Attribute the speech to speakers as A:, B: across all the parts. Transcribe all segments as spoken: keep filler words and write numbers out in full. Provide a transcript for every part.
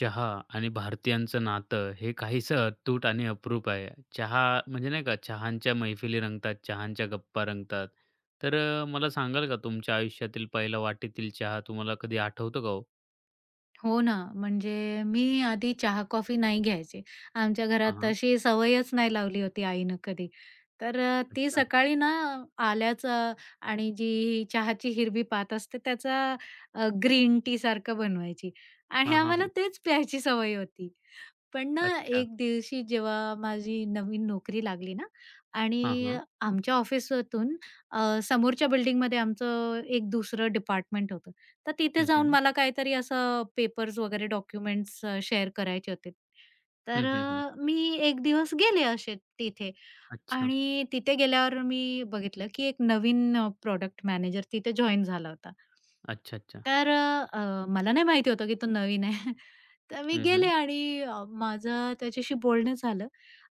A: चहा आणि भारतीयांचं नातं हे काहीसं अतूट आणि अप्रूप आहे. चहा म्हणजे नाही का चहाच्या मैफिली रंगतात, चहाच्या गप्पा रंगतात. तर अ, मला सांगाल का तुमच्या आयुष्यातील पहिला वाटेतील चहा तुम्हाला कधी आठवतो का हो?
B: हो ना, म्हणजे मी आधी चहा-कॉफी नाही घ्यायचे. आमच्या घरात
A: हां, हां.
B: तशी सवयच नाही लावली होती आईनं कधी. तर अ, ती
A: अच्छा.
B: सकाळी ना आल्याचं आणि जी चहाची हिरवी पात असते त्याचा ग्रीन टी सारखं बनवायची आणि
A: हां, हां,
B: आम्हाला
A: हां.
B: तेच प्यायची सवय होती. पण ना,
A: अच्छा.
B: एक दिवशी जेव्हा माझी नवीन नोकरी लागली ना
A: हां,
B: आणि
A: हां.
B: आमच्या ऑफिसातून अ, समोरच्या बिल्डिंगमध्ये आमचं एक दुसरं डिपार्टमेंट होतं. तर तिथे
A: हं,
B: जाऊन
A: हं.
B: मला काहीतरी असं पेपर्स वगैरे डॉक्युमेंट्स अ, शेअर करायचे होते.
A: हं,
B: तर
A: हं, हं.
B: अ, मी एक दिवस गेले असे तिथे
A: अच्छा.
B: आणि तिथे गेल्यावर मी बघितलं, की एक नवीन अ, मॅनेजर तिथे जॉइन झाला होता.
A: अच्छा, अच्छा.
B: तर अ, मला नाही माहिती होतं, की तो नवीन आहे. तर मी
A: हं,
B: गेले
A: हं.
B: आणि अ, माझं त्याच्याशी बोलणं झालं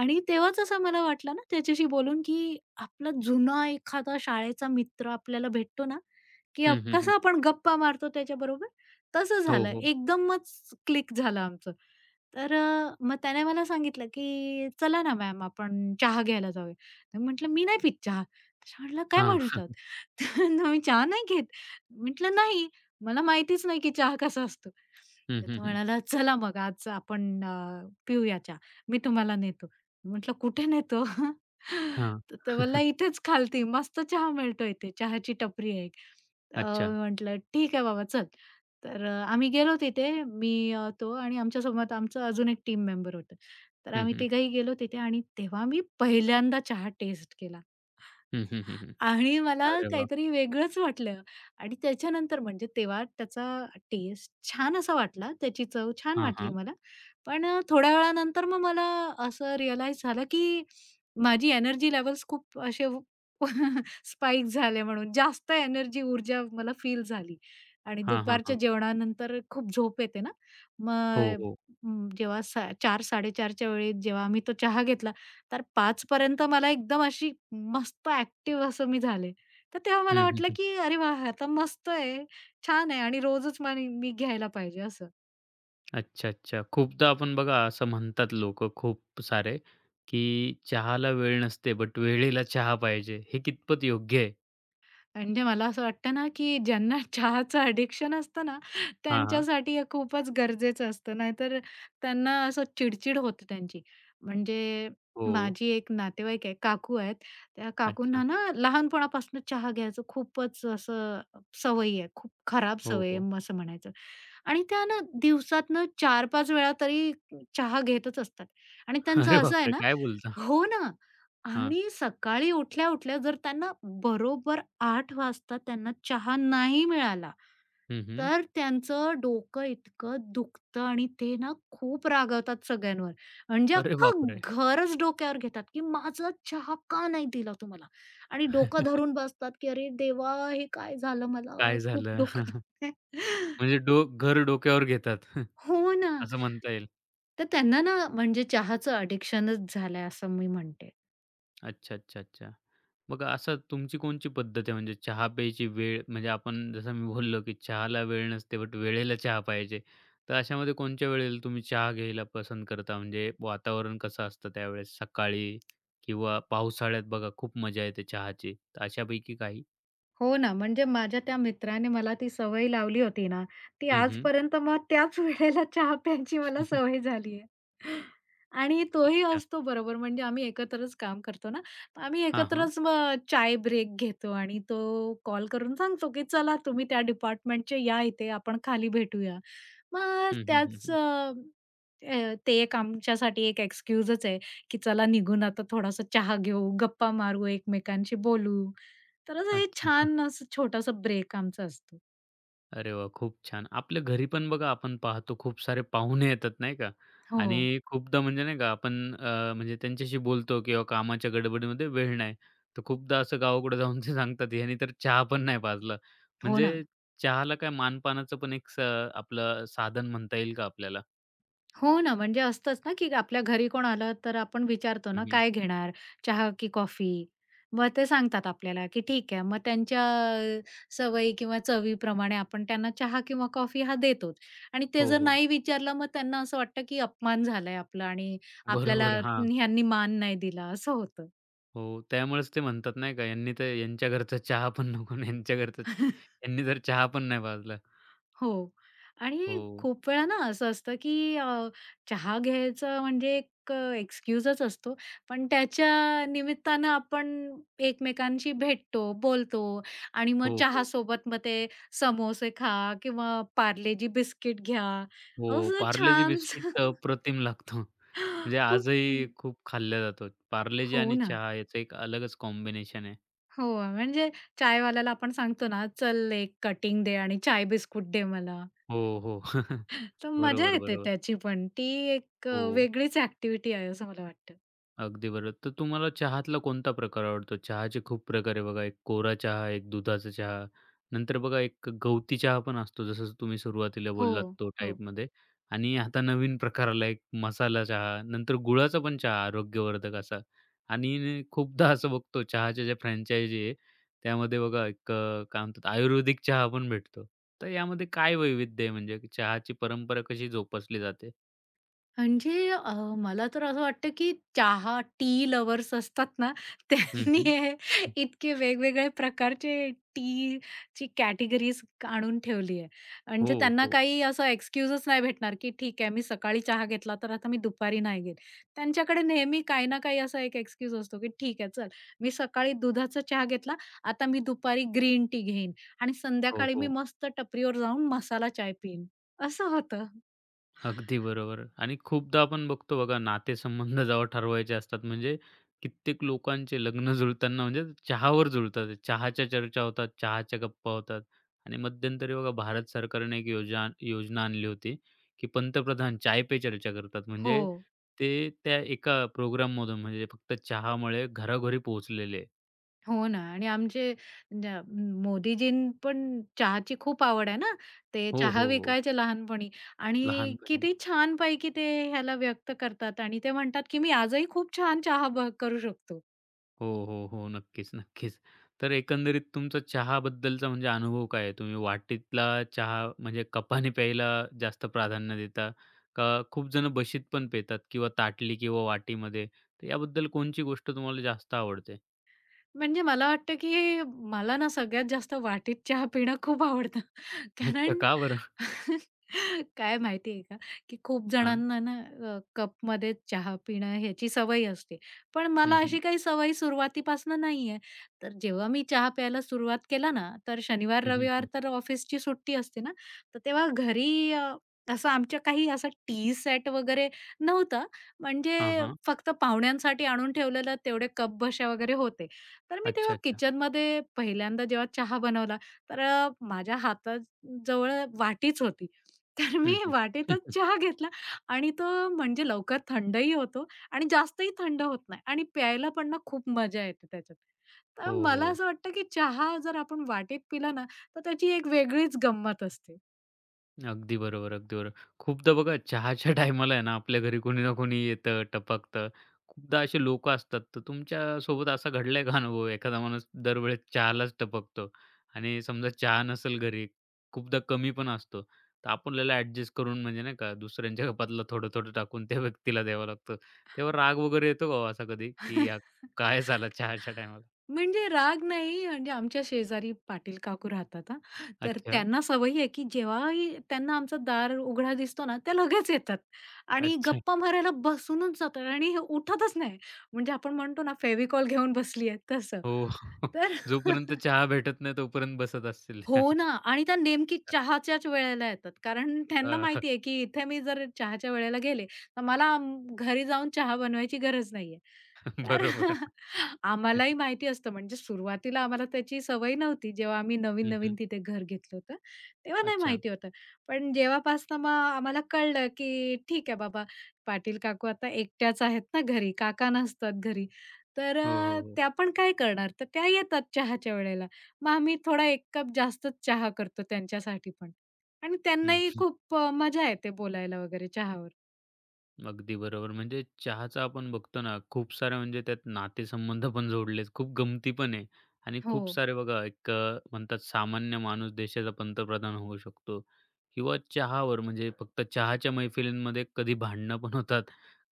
B: आणि तेव्हाच असं मला वाटलं ना त्याच्याशी बोलून, की आपला जुना एखादा शाळेचा मित्र आपल्याला भेटतो ना, की
A: हं,
B: आप
A: हं, हं.
B: कसं आपण गप्पा मारतो त्याच्याबरोबर, तसं
A: हो,
B: झालं.
A: हो.
B: एकदमच क्लिक झालं आमचं. तर अ, मग त्याने मला सांगितलं, की "चला ना मॅम, आपण चहा घ्यायला जाऊया." तर म्हटलं, "मी नाही पित चहा." तर म्हटलं, "काय म्हणत
A: हां.
B: तर "मी चहा नाही घेत." म्हटलं, "नाही, मला माहितीच नाही की चहा कसा असतो."
A: हं,
B: तर
A: हं,
B: तो
A: हं.
B: म्हणाला, "चला मग आज आपण अ, पिऊया चहा. मी तुम्हाला नेतो." म्हटलं, "कुठे नेतो?"
A: हां.
B: तर तो बोलला, "इथेच खालती मस्त चहा मिळतो इथे. चहाची टपरी आहे एक." अ,
A: अच्छा.
B: म्हटलं, "ठीक आहे बाबा, चल." तर अ, आम्ही गेलो तिथे. मी, अ, तो आणि आमच्यासोबत आमचं अजून एक टीम मेंबर होतं. तर
A: हं,
B: आम्ही
A: हं.
B: तिघंही गेलो तिथे आणि तेव्हा मी पहिल्यांदा चहा टेस्ट केला.
A: हं, हं, हं,
B: आणि मला
A: अरे वाह!
B: काहीतरी वेगळंच वाटलं आणि त्याच्यानंतर म्हणजे तेव्हा त्याचा टेस्ट छान असा वाटला, त्याची चव छान
A: हां,
B: वाटली
A: हां.
B: मला. पण अ, थोड्या वेळानंतर मग मला असं रिअलाईज झालं, की माझी एनर्जी लेव्हल्स खूप असे स्पाइक झाले म्हणून. जास्त एनर्जी, ऊर्जा मला फील झाली आणि
A: हां, हां, हां.
B: दुपारच्या जेवणानंतर खूप झोप येते ना.
A: हो,
B: मग
A: हो.
B: अ, जेव्हा सा चार-4:30च्या वेळी जेव्हा आम्ही तो चहा घेतला तर पाच पर्यंत मला एकदम अशी मस्त ॲक्टिव्ह असं मी झाले. तर तेव्हा मला
A: हं,
B: वाटलं,
A: हं,
B: की अरे वाह! आता मस्त आहे, छान आहे आणि रोजच मनी मी घ्यायला पाहिजे असं.
A: अच्छा, अच्छा. खूपदा आपण बघा असं म्हणतात लोकं खूप सारे, की चहाला वेळ नसते, बट वेळेला चहा पाहिजे. हे कितपत योग्य आहे?
B: म्हणजे मला असं वाटतं ना, की ज्यांना चहाचं ॲडिक्शन असतं ना,
A: हां, हां.
B: त्यांच्यासाठी हे खूपच गरजेचं असतं. नाहीतर त्यांना असं चिडचिड होते त्यांची. म्हणजे
A: हो.
B: माझी एक नातेवाईक आहे, काकू आहेत. त्या काकूंना
A: अच्छा.
B: ना लहानपणापासून चहा घ्यायचं खूपच असं सवयी आहे. खूप खराब
A: हो,
B: सवय
A: हो.
B: आहे असं म्हणायचं. आणि त्या ना दिवसातनं चार पाच वेळा तरी चहा घेतच असतात आणि त्यांचं
A: अरे
B: असं आहे
A: बापरे!
B: ना
A: काय बोलता?
B: हो ना.
A: हां.
B: आणि सकाळी उठल्या-उठल्या जर त्यांना बरोबर आठ वाजता त्यांना चहा नाही मिळाला,
A: हं, हं.
B: तर त्यांचं डोकं इतकं दुखतं आणि ते ना खूप रागवतात सगळ्यांवर. म्हणजे
A: अरे
B: अख्खं
A: बापरे!
B: घरच डोक्यावर घेतात, की माझा चहा का नाही दिला तुम्हाला? आणि डोकं धरून बसतात, की "अरे देवा! हे काय झालं मला?
A: काय
B: खूप
A: झालं?
B: डोकं दुखतंय."
A: म्हणजे डो घर डोक्यावर घेतात.
B: हो ना.
A: असं म्हणता येईल.
B: तर त्यांना ना म्हणजे चहाचं अडिक्शनच झालंय असं मी म्हणते.
A: अच्छा, अच्छा, अच्छा. मग असं तुमची कोणची पद्धत आहे म्हणजे चहा प्यायची वेळ म्हणजे आपण जसं मी बोललो, की चहाला वेळ नसते बट वेळेला चहा पाहिजे. तर अशामध्ये कोणच्या वेळेला तुम्ही चहा घ्यायला पसंत करता? म्हणजे वातावरण कसं असतं त्यावेळेस? सकाळी किंवा पावसाळ्यात बघा खूप मजा येते चहाची. तर अशापैकी काही?
B: हो ना, म्हणजे माझ्या त्या मित्राने मला ती सवय लावली होती ना, ती
A: हं, हं.
B: आजपर्यंत मग त्याच वेळेला चहा प्यायची मला सवय झाली आहे. आणि तोही
A: अच्छा.
B: असतो बरोबर, म्हणजे आम्ही एकत्रच काम करतो ना, तर आम्ही
A: हां, हां.
B: एकत्रच मग चाय ब्रेक घेतो आणि तो कॉल करून सांगतो, की "चला तुम्ही त्या डिपार्टमेंटचे या इथे, आपण खाली भेटूया." मग
A: हं, हं, हं,
B: त्याच
A: हं.
B: अ, अ, ते एक आमच्यासाठी एक एक्सक्यूजच आहे, की चला निघून आता थोडासा चहा घेऊ, गप्पा मारू, एकमेकांशी बोलू. तर असं हे
A: अच्छा.
B: छान असं छोटासा ब्रेक आमचा असतो.
A: अरे वाह! खूप छान. आपल्या घरी पण बघा आपण पाहतो खूप सारे पाहुणे येतात नाही का?
B: हो.
A: आणि खूपदा म्हणजे नाही का आपण अ, म्हणजे त्यांच्याशी बोलतो किंवा कामाच्या गडबडीमध्ये वेळ नाही. तर खूपदा असं गावाकडे जाऊन ते सांगतात, "ह्यानी तर चहा पण नाही पाजला."
B: हो
A: म्हणजे
B: ना.
A: चहाला काय मानपानाचं पण एक स आपलं साधन म्हणता येईल का आपल्याला?
B: हो ना. म्हणजे असतंच ना, की आपल्या घरी कोण आलं तर आपण विचारतो ना,
A: हं,
B: "काय घेणार? चहा की कॉफी?" मग ते सांगतात आपल्याला, की ठीक आहे. मग त्यांच्या अ, सवयी किंवा चवीप्रमाणे आपण त्यांना चहा किंवा कॉफी हा देतोच. आणि ते
A: हो,
B: जर
A: हो.
B: नाही विचारलं मग त्यांना असं वाटतं, की अपमान झालाय आपला आणि आपल्याला
A: बरोबर. हां.
B: ह्यांनी मान नाही दिला असं होतं.
A: हो. त्यामुळेच ते म्हणतात नाही का, "यांनी तर यांच्या घरचा चहा पण नको आणि यांच्या घरचा यांनी तर चहा पण नाही पाजला."
B: हो आणि
A: हो.
B: खूप वेळा ना असं असतं की अ, चहा घ्यायचं म्हणजे एक अ, एक्सक्यूजच असतो. पण त्याच्या निमित्तानं आपण एकमेकांशी भेटतो, बोलतो आणि मग
A: हो,
B: चहा
A: हो.
B: सोबत मग ते समोसे खा किंवा पार्लेजी बिस्किट घ्या.
A: हो,
B: असं
A: पार्लेजी बिस्किट
B: छानसं
A: अ, अप्रतिम लागतो. म्हणजे
B: खूप
A: आजही खूप खाल्ला जातो. पार्लेजी
B: हो
A: आणि
B: ना.
A: चहा याचं एक अलगच कॉम्बिनेशन आहे.
B: हो, म्हणजे चायवाल्याला आपण सांगतो ना, "चल एक कटिंग दे आणि चाय बिस्कुट दे मला."
A: हो, हो.
B: तर मजा
A: बरोबर,
B: येते
A: बरोबर.
B: त्याची पण. ती एक अ,
A: हो.
B: वेगळीच ॲक्टिव्हिटी आहे असं मला वाटतं.
A: अगदी बरोबर. तर तुम्हाला चहातला कोणता प्रकार आवडतो? चहाचे खूप प्रकार आहे बघा. एक कोरा चहा, एक दुधाचा चहा. नंतर बघा एक गवती चहा पण असतो, जसं तुम्ही सुरुवातीला
B: हो,
A: बोललात तो
B: हो.
A: टाईपमध्ये. आणि आता नवीन प्रकार आला एक मसाला चहा. नंतर गुळाचा पण चहा आरोग्यवर्धक असा. आणि खूपदा असं बघतो चहाच्या ज्या फ्रँचायझी आहे, त्यामध्ये बघा एक अ, काय म्हणतात आयुर्वेदिक चहा पण भेटतो. तर यामध्ये काय वैविध्य आहे म्हणजे चहाची परंपरा कशी जोपासली जाते?
B: म्हणजे अ, मला तर असं वाटतं, की चहा, टी लव्हर्स असतात ना,
A: हं,
B: त्यांनी
A: हं.
B: हे इतके वेगवेगळे प्रकारचे टीची कॅटेगरीज आणून ठेवली आहे.
A: हो,
B: म्हणजे त्यांना
A: हो.
B: काही असं एक्सक्यूजच नाही भेटणार, की ठीक आहे मी सकाळी चहा घेतला, तर आता मी दुपारी नाही घेत. त्यांच्याकडे नेहमी काही ना काही असा एक एक्सक्यूज असतो, की ठीक आहे चल, मी सकाळी दुधाचा चहा घेतला, आता मी दुपारी ग्रीन टी घेईन आणि
A: हो,
B: संध्याकाळी मी
A: हो.
B: मस्त टपरीवर जाऊन मसाला चाय पिईन, असं होतं.
A: अगदी बरोबर आणि खूपदा आपण बघतो बघा नातेसंबंध जेव्हा ठरवायचे असतात म्हणजे कित्येक लोकांचे लग्न जुळताना म्हणजे चहावर जुळतात. चहाच्या चर्चा होतात, चहाच्या गप्पा होतात आणि मध्यंतरी बघा भारत सरकारने एक योजना योजना आणली होती, की पंतप्रधान चाय पे चर्चा करतात.
B: हो.
A: म्हणजे ते त्या एका प्रोग्राममधून म्हणजे फक्त चहामुळे घरोघरी पोहोचलेले.
B: हो ना आणि आमचे ज्या- मोदीजीं पण चहाची खूप आवड आहे ना. ते
A: हो,
B: चहा
A: हो, हो.
B: विकायचे लहानपणी आणि
A: लहानपणी.
B: किती छानपैकी ते ह्याला व्यक्त करतात आणि ते म्हणतात की मी आजही खूप छान चहा ब- करू शकतो.
A: हो, हो, हो. नक्कीच, नक्कीच. तर एकंदरीत तुमचा चहाबद्दलचा म्हणजे अनुभव काय आहे? तुम्ही वाटीतला चहा म्हणजे कपाने प्यायला जास्त प्राधान्य देता? का खूप जण बशीत पण पितात किंवा ताटली किंवा वाटीमध्ये? तर याबद्दल कोणची गोष्ट तुम्हाला जास्त आवडते?
B: म्हणजे मला वाटतं, की मला ना सगळ्यात जास्त वाटीत चहा पिणं खूप आवडतं.
A: अच्छा,
B: कारण
A: का बरं?
B: काय माहिती आहे का, की खूप
A: हां.
B: जणांना ना अ, कपमध्ये चहा पिणं ह्याची सवय असते. पण
A: हं,
B: मला
A: हं.
B: अशी काही सवय सुरुवातीपासून नाही आहे. तर जेव्हा मी चहा प्यायला सुरुवात केला ना, तर शनिवार,
A: हं, हं,
B: रविवार
A: हं.
B: तर ऑफिसची सुट्टी असते ना, तर तेव्हा घरी अ, असं आमच्या काही असा टी सेट वगैरे नव्हता.
A: हां,
B: म्हणजे
A: हां.
B: फक्त पाहुण्यांसाठी आणून ठेवलेलं तेवढे कप बशा वगैरे होते. तर मी
A: अच्छा,
B: तेव्हा
A: अच्छा.
B: किचनमध्ये पहिल्यांदा जेव्हा चहा बनवला, तर अ, माझ्या हाताजवळ वाटीच होती. तर
A: हं,
B: मी
A: हं.
B: वाटीतच चहा घेतला आणि तो म्हणजे लवकर थंडही होतो आणि जास्तही थंड होत नाही आणि प्यायला पण ना खूप मजा येते त्याच्यात. तर
A: हो,
B: मला
A: हो.
B: असं वाटतं, की चहा जर आपण वाटीत पिला ना, तर त्याची एक वेगळीच गंमत असते.
A: अगदी बरोबर, अगदी बरोबर. खूपदा बघा चहाच्या टायमाला आहे ना, आपल्या घरी कोणी ना कोणी येतं, टपकतं. खूपदा असे लोकं असतात. तर तुमच्यासोबत असा घडलाय का अनुभव? एखादा माणूस दरवेळेस चहालाच टपकतो आणि समजा चहा नसेल घरी, खूपदा कमी पण असतो. तर आपल्याला ॲडजस्ट करून म्हणजे नाही का, दुसऱ्यांच्या कपातला थोडं-थोडं टाकून त्या व्यक्तीला द्यावं लागतं. तेव्हा राग वगैरे येतो का हो असा कधी, की "या काय झालं चहाच्या टायमाला?"
B: म्हणजे राग नाही, म्हणजे आमच्या शेजारी पाटील काकू राहतात हां. तर
A: अच्छा,
B: त्यांना सवय आहे, की जेव्हाही त्यांना आमचं दार उघडा दिसतो ना, त्या लगेच येतात आणि
A: अच्छा.
B: गप्पा मारायला बसूनच जातात आणि उठतच नाही. म्हणजे आपण म्हणतो ना, फेविकॉल घेऊन बसली आहे तसं.
A: हो.
B: तर
A: जोपर्यंत चहा भेटत नाही तोपर्यंत बसत असतील त्या.
B: हो ना आणि त्या नेमकी चहाच्याच वेळेला येतात. कारण त्यांना
A: हां,
B: माहिती की इथे मी जर चहाच्या वेळेला गेले, तर मला म, घरी जाऊन चहा बनवायची गरज नाहीये. तर
A: बरोबर.
B: आम्हालाही माहिती असतं म्हणजे सुरुवातीला आम्हाला त्याची सवय नव्हती. जेव्हा आम्ही
A: हं,
B: नवीन-नवीन
A: हं.
B: तिथे घर घेतलं होतं, तेव्हा नाही
A: अच्छा.
B: माहिती होतं. पण जेव्हापासनं मग आम्हाला कळलं, की ठीक आहे बाबा, पाटील काकू आता एकट्याच आहेत ना घरी, काका नसतात घरी. तर
A: हो, हो,
B: अ,
A: हो.
B: त्या पण काय करणार? तर त्या येतात चहाच्या वेळेला. मग आम्ही थोडा एक कप जास्तच चहा करतो त्यांच्यासाठी पण आणि त्यांनाही
A: हं.
B: खूप अ, मजा येते बोलायला वगैरे चहावर.
A: अगदी बरोबर. म्हणजे चहाचा आपण बघतो ना, खूप सारे म्हणजे त्यात नातेसंबंध पण जोडलेत. खूप गमती पण आहे आणि
B: हो.
A: खूप सारे बघा एक अ, म्हणतात सामान्य माणूस देशाचा पंतप्रधान होऊ शकतो किंवा चहावर म्हणजे फक्त चहाच्या मैफिलींमध्ये कधी भांडणं पण होतात,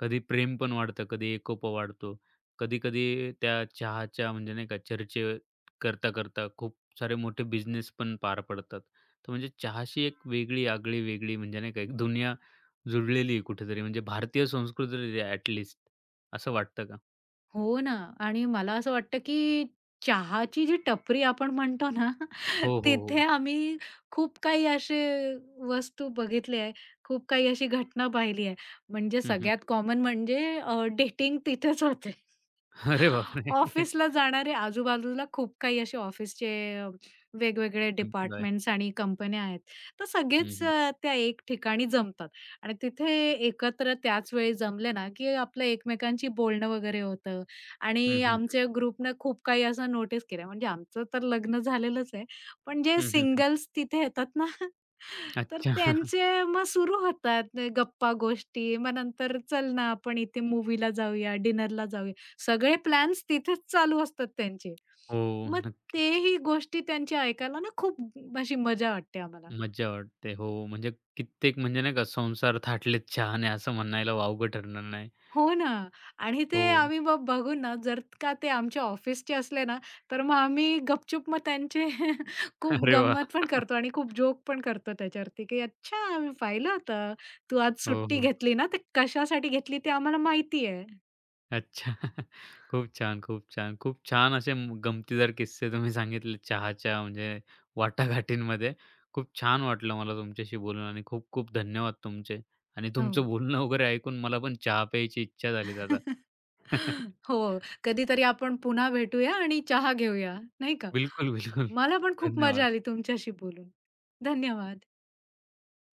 A: कधी प्रेम पण वाढतं, कधी एकोपा वाढतो. कधी-कधी त्या चहाच्या म्हणजे नाही का चर्चे करता-करता खूप सारे मोठे बिझनेस पण पार पडतात. तर म्हणजे चहाशी एक वेगळी आगळी वेगळी म्हणजे नाही का एक दुनिया जुळलेली आहे कुठेतरी म्हणजे भारतीय संस्कृती तरी ॲट लिस्ट असं वाटतं का?
B: हो ना आणि मला असं वाटतं, की चहाची जी टपरी आपण म्हणतो ना,
A: हो, हो,
B: तिथे
A: हो.
B: आम्ही खूप काही असे वस्तू बघितले आहे. खूप काही अशी घटना पाहिली आहे. म्हणजे
A: हं, हं.
B: सगळ्यात कॉमन म्हणजे डेटिंग तिथेच होते.
A: अरे बापरे!
B: ऑफिसला जाणारे आजूबाजूला खूप काही असे ऑफिसचे अ, वेगवेगळे
A: एम्प्लॉय.
B: डिपार्टमेंट्स आणि कंपन्या आहेत. तर
A: हं,
B: सगळेच
A: हं.
B: अ, त्या एक ठिकाणी जमतात आणि तिथे एकत्र त्याच वेळी जमले ना, की आपलं एकमेकांची बोलणं वगैरे होतं
A: हं,
B: आणि
A: हं, हं.
B: आमच्या ग्रुपनं खूप काही असं नोटीस केलं. म्हणजे आमचं तर लग्न झालेलंच आहे. पण जे
A: हं, हं,
B: सिंगल्स तिथे येतात ना, तर
A: अच्छा.
B: त्यांचे मग सुरू होतात गप्पा-गोष्टी. मग नंतर चल ना आपण इथे मूव्हीला जाऊया, डिनरला जाऊया. सगळे प्लॅन्स तिथेच चालू असतात त्यांचे.
A: हो,
B: मग
A: नक्कीच.
B: तेही गोष्टी त्यांच्या ऐकायला ना खूप अशी मजा वाटते आम्हाला.
A: मज्जा वाटते. हो, म्हणजे कित्येक म्हणजे नाही का संसार थाटलेत चहाने असं म्हणायला वावगं ठरणार नाही.
B: हो ना. आणि ते
A: हो.
B: आम्ही मग बघू ना, जर का ते आमच्या ऑफिसचे असले ना, तर मग आम्ही गपचूप मग त्यांचे खूप
A: अरे वाह!
B: गंमत पण करतो आणि खूप जोक पण करतो त्याच्यावरती, की "अच्छा, मी पाहिलं होतं, तू आज
A: हो,
B: सुट्टी
A: हो.
B: घेतली ना, तर कशासाठी घेतली ते आम्हाला माहिती आहे."
A: अच्छा. खूप छान, खूप छान. खूप छान असे म गमतीदार किस्से तुम्ही सांगितले चहाच्या म्हणजे वाटाघाटींमध्ये. खूप छान वाटलं मला तुमच्याशी बोलून आणि खूप-खूप धन्यवाद तुमचे. आणि तुमचं
B: हो.
A: बोलणं वगैरे ऐकून मला पण चहा प्यायची इच्छा झाली दादा.
B: हो. कधीतरी आपण पुन्हा भेटूया आणि चहा घेऊया, नाही का?
A: बिलकुल, बिलकुल.
B: मला पण खूप मजा
A: धन्यवाद.
B: आली तुमच्याशी बोलून. धन्यवाद.